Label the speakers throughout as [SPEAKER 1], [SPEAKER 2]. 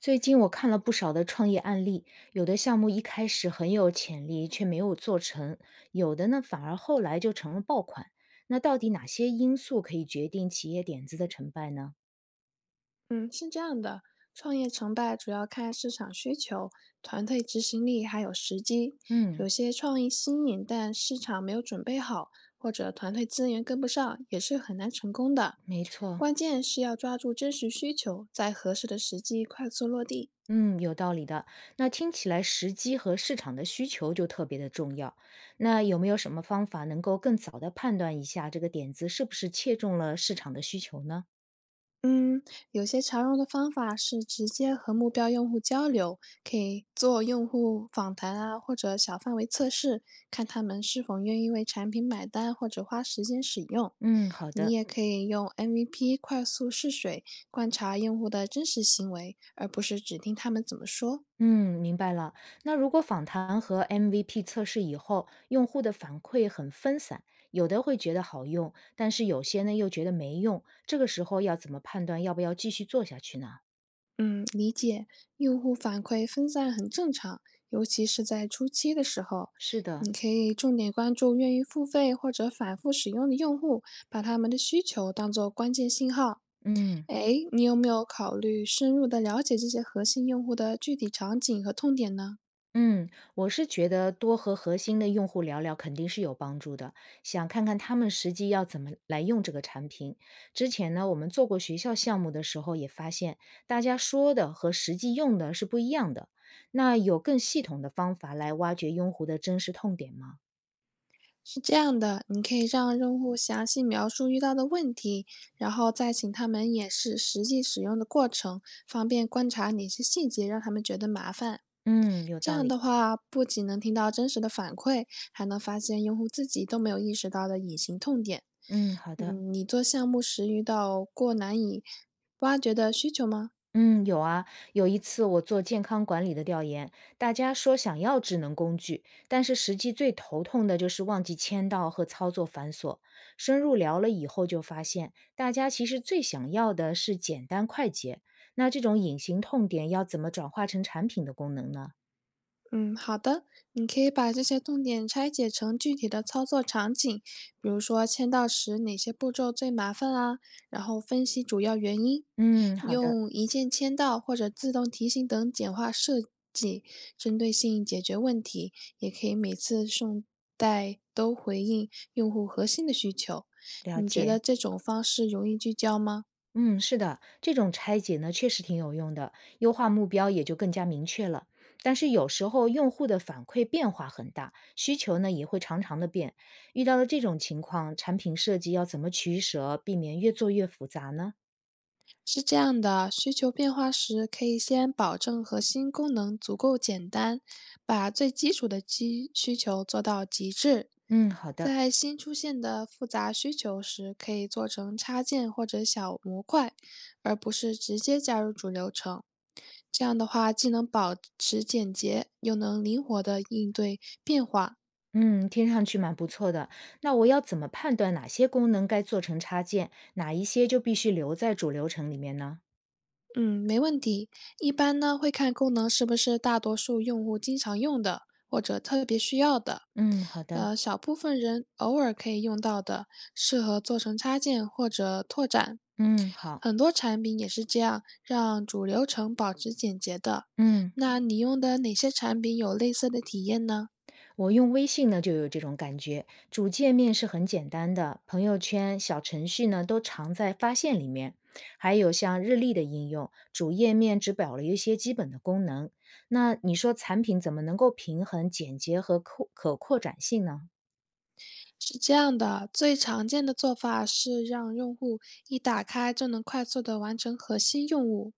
[SPEAKER 1] 最近我看了不少的创业案例，有的项目一开始很有潜力，却没有做成；有的呢，反而后来就成了爆款。那到底哪些因素可以决定企业点子的成败呢？
[SPEAKER 2] 嗯，是这样的，创业成败主要看市场需求、团队执行力还有时机。
[SPEAKER 1] 嗯，
[SPEAKER 2] 有些创意新颖，但市场没有准备好，或者团队资源跟不上，也是很难成功的。
[SPEAKER 1] 没错，
[SPEAKER 2] 关键是要抓住真实需求，在合适的时机快速落地。
[SPEAKER 1] 嗯，有道理的。那听起来时机和市场的需求就特别的重要。那有没有什么方法能够更早的判断一下这个点子是不是切中了市场的需求呢？
[SPEAKER 2] 嗯，有些常用的方法是直接和目标用户交流，可以做用户访谈啊，或者小范围测试，看他们是否愿意为产品买单或者花时间使用。
[SPEAKER 1] 嗯，好
[SPEAKER 2] 你
[SPEAKER 1] 的。
[SPEAKER 2] 也可以用 MVP 快速试水，观察用户的真实行为，而不是只听他们怎么说。
[SPEAKER 1] 嗯，明白了。那如果访谈和 MVP 测试以后，用户的反馈很分散，有的会觉得好用，但是有些呢又觉得没用，这个时候要怎么判断要不要继续做下去呢？
[SPEAKER 2] 嗯，理解。用户反馈分散很正常，尤其是在初期的时候，
[SPEAKER 1] 是的，
[SPEAKER 2] 你可以重点关注愿意付费或者反复使用的用户，把他们的需求当做关键信号。
[SPEAKER 1] 嗯。
[SPEAKER 2] 哎，你有没有考虑深入的了解这些核心用户的具体场景和痛点呢？
[SPEAKER 1] 嗯，我是觉得多和核心的用户聊聊肯定是有帮助的，想看看他们实际要怎么来用这个产品。之前呢，我们做过学校项目的时候也发现，大家说的和实际用的是不一样的。那有更系统的方法来挖掘用户的真实痛点吗？
[SPEAKER 2] 是这样的，你可以让用户详细描述遇到的问题，然后再请他们演示实际使用的过程，方便观察哪些细节让他们觉得麻烦。
[SPEAKER 1] 嗯，有
[SPEAKER 2] 这
[SPEAKER 1] 道
[SPEAKER 2] 样
[SPEAKER 1] 理。
[SPEAKER 2] 的话，不仅能听到真实的反馈，还能发现用户自己都没有意识到的隐形痛点。
[SPEAKER 1] 嗯，好的。
[SPEAKER 2] 嗯，你做项目时遇到过难以挖掘的需求吗？
[SPEAKER 1] 嗯，有啊，有一次我做健康管理的调研，大家说想要智能工具，但是实际最头痛的就是忘记签到和操作繁琐。深入聊了以后，就发现大家其实最想要的是简单快捷。那这种隐形痛点要怎么转化成产品的功能呢？
[SPEAKER 2] 嗯，好的，你可以把这些痛点拆解成具体的操作场景，比如说签到时哪些步骤最麻烦啊，然后分析主要原因，
[SPEAKER 1] 嗯，好的，
[SPEAKER 2] 用一键签到或者自动提醒等简化设计，针对性解决问题，也可以每次送带都回应用户核心的需求。
[SPEAKER 1] 了
[SPEAKER 2] 你觉得
[SPEAKER 1] 解。
[SPEAKER 2] 这种方式容易聚焦吗？
[SPEAKER 1] 嗯，是的，这种拆解呢确实挺有用的，优化目标也就更加明确了。但是有时候用户的反馈变化很大，需求呢也会常常的变。遇到了这种情况，产品设计要怎么取舍，避免越做越复杂呢？
[SPEAKER 2] 是这样的，需求变化时，可以先保证核心功能足够简单，把最基础的基需求做到极致。
[SPEAKER 1] 嗯，好的。
[SPEAKER 2] 在新出现的复杂需求时，可以做成插件或者小模块，而不是直接加入主流程。这样的话，既能保持简洁，又能灵活的应对变化。
[SPEAKER 1] 嗯，听上去蛮不错的。那我要怎么判断哪些功能该做成插件，哪一些就必须留在主流程里面呢？
[SPEAKER 2] 嗯，没问题。一般呢，会看功能是不是大多数用户经常用的，或者特别需要的。
[SPEAKER 1] 嗯，好的。
[SPEAKER 2] 小部分人偶尔可以用到的，适合做成插件或者拓展。
[SPEAKER 1] 嗯，好。
[SPEAKER 2] 很多产品也是这样，让主流程保持简洁的。
[SPEAKER 1] 嗯。
[SPEAKER 2] 那你用的哪些产品有类似的体验呢？
[SPEAKER 1] 我用微信呢就有这种感觉，主界面是很简单的，朋友圈、小程序呢都藏在发现里面，还有像日历的应用，主页面只表了一些基本的功能。那你说产品怎么能够平衡简洁和扩可扩展性呢？
[SPEAKER 2] 是这样的，最常见的做法是让用户一打开就能快速的完成核心任务，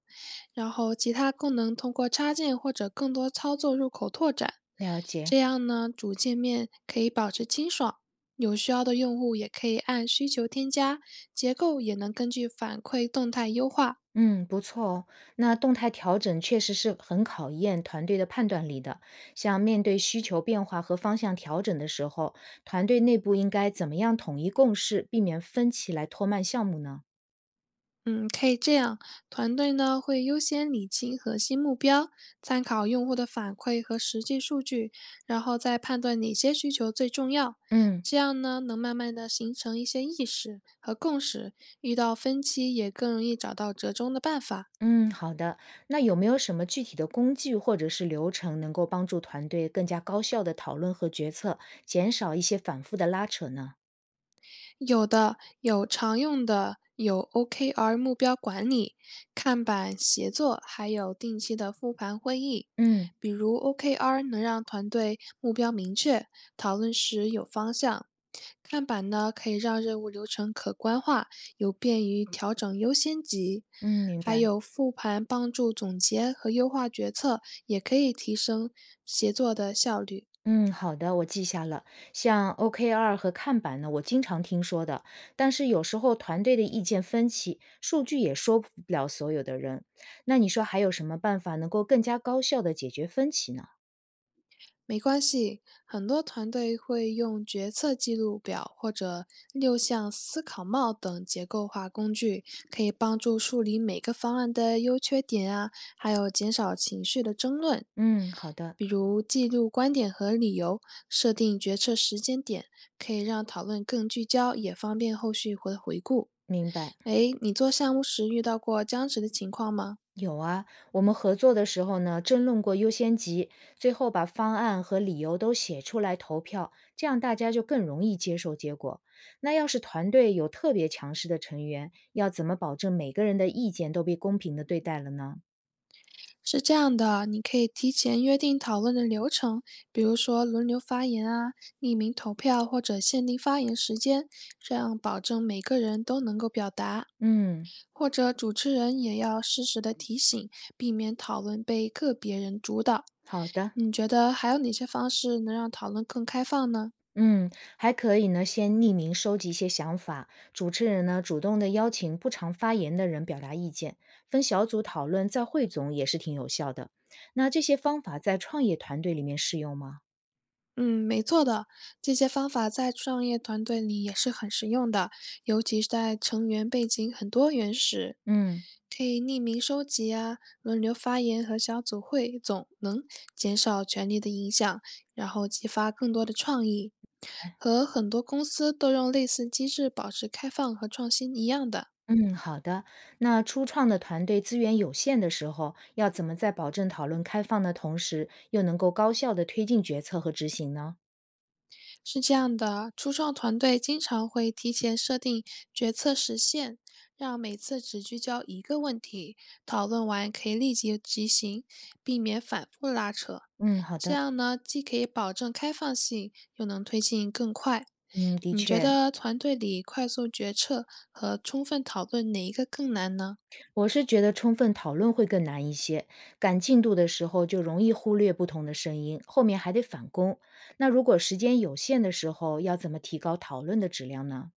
[SPEAKER 2] 然后其他功能通过插件或者更多操作入口拓展。
[SPEAKER 1] 了解，
[SPEAKER 2] 这样呢，主界面可以保持清爽，有需要的用户也可以按需求添加，结构也能根据反馈动态优化。
[SPEAKER 1] 嗯，不错哦。那动态调整确实是很考验团队的判断力的。像面对需求变化和方向调整的时候，团队内部应该怎么样统一共识，避免分歧来拖慢项目呢？
[SPEAKER 2] 嗯，可以这样，团队呢会优先理清核心目标，参考用户的反馈和实际数据，然后再判断哪些需求最重要。
[SPEAKER 1] 嗯
[SPEAKER 2] 这样呢，能慢慢的形成一些意识和共识，遇到分歧也更容易找到折中的办法。
[SPEAKER 1] 嗯，好的。那有没有什么具体的工具或者是流程能够帮助团队更加高效的讨论和决策，减少一些反复的拉扯呢？
[SPEAKER 2] 有的，有常用的，有 OKR 目标管理、看板协作，还有定期的复盘会议。
[SPEAKER 1] 嗯
[SPEAKER 2] 比如 OKR 能让团队目标明确，讨论时有方向；看板呢可以让任务流程可观化，有便于调整优先级；
[SPEAKER 1] 嗯，明
[SPEAKER 2] 还
[SPEAKER 1] 白。
[SPEAKER 2] 有复盘帮助总结和优化决策，也可以提升协作的效率。
[SPEAKER 1] 嗯，好的，我记下了。像 OKR 和看板呢，我经常听说的，但是有时候团队的意见分歧，数据也说服不了所有的人。那你说还有什么办法能够更加高效的解决分歧呢？
[SPEAKER 2] 没关系，很多团队会用决策记录表或者六项思考帽等结构化工具，可以帮助梳理每个方案的优缺点啊，还有减少情绪的争论。
[SPEAKER 1] 嗯，好的，
[SPEAKER 2] 比如记录观点和理由，设定决策时间点，可以让讨论更聚焦，也方便后续回顾。
[SPEAKER 1] 明白。
[SPEAKER 2] 诶，你做项目时遇到过僵持的情况吗？
[SPEAKER 1] 有啊，我们合作的时候呢，争论过优先级，最后把方案和理由都写出来投票，这样大家就更容易接受结果。那要是团队有特别强势的成员，要怎么保证每个人的意见都被公平的对待了呢？
[SPEAKER 2] 是这样的，你可以提前约定讨论的流程，比如说轮流发言啊、匿名投票或者限定发言时间，这样保证每个人都能够表达。
[SPEAKER 1] 嗯，
[SPEAKER 2] 或者主持人也要适时的提醒，避免讨论被个别人主导。
[SPEAKER 1] 好的。
[SPEAKER 2] 你觉得还有哪些方式能让讨论更开放呢？
[SPEAKER 1] 嗯，还可以呢，先匿名收集一些想法，主持人呢主动的邀请不常发言的人表达意见，分小组讨论再汇总也是挺有效的。那这些方法在创业团队里面适用吗？
[SPEAKER 2] 嗯，没错的，这些方法在创业团队里也是很实用的，尤其是在成员背景很多元时，
[SPEAKER 1] 嗯，
[SPEAKER 2] 可以匿名收集啊，轮流发言和小组汇总能减少权力的影响，然后激发更多的创意。
[SPEAKER 1] 哎
[SPEAKER 2] 和很多公司都用类似机制保持开放和创新一样的，
[SPEAKER 1] 嗯，好的。那初创的团队资源有限的时候，要怎么在保证讨论开放的同时，又能够高效的推进决策和执行呢？
[SPEAKER 2] 是这样的，初创团队经常会提前设定决策时限，让每次只聚焦一个问题，讨论完可以立即执行，避免反复拉扯。
[SPEAKER 1] 嗯，好
[SPEAKER 2] 这
[SPEAKER 1] 的。
[SPEAKER 2] 样呢，既可以保证开放性，又能推进更快。
[SPEAKER 1] 嗯，的
[SPEAKER 2] 你觉
[SPEAKER 1] 确，
[SPEAKER 2] 得团队里快速决策和充分讨论哪一个更难呢？
[SPEAKER 1] 我是觉得充分讨论会更难一些。赶进度的时候就容易忽略不同的声音，后面还得返工。那如果时间有限的时候，要怎么提高讨论的质量呢？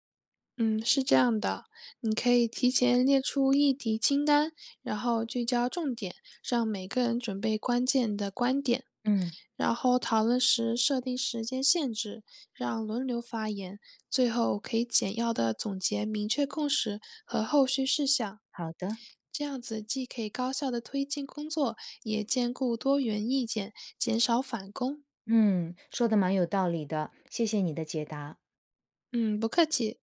[SPEAKER 2] 嗯，是这样的，你可以提前列出议题清单，然后聚焦重点，让每个人准备关键的观点。
[SPEAKER 1] 嗯，
[SPEAKER 2] 然后讨论时设定时间限制，让轮流发言，最后可以简要的总结明确共识和后续事项。
[SPEAKER 1] 好的。
[SPEAKER 2] 这样子既可以高效的推进工作，也兼顾多元意见，减少返工。
[SPEAKER 1] 嗯，说的蛮有道理的，谢谢你的解答。
[SPEAKER 2] 嗯，不客气。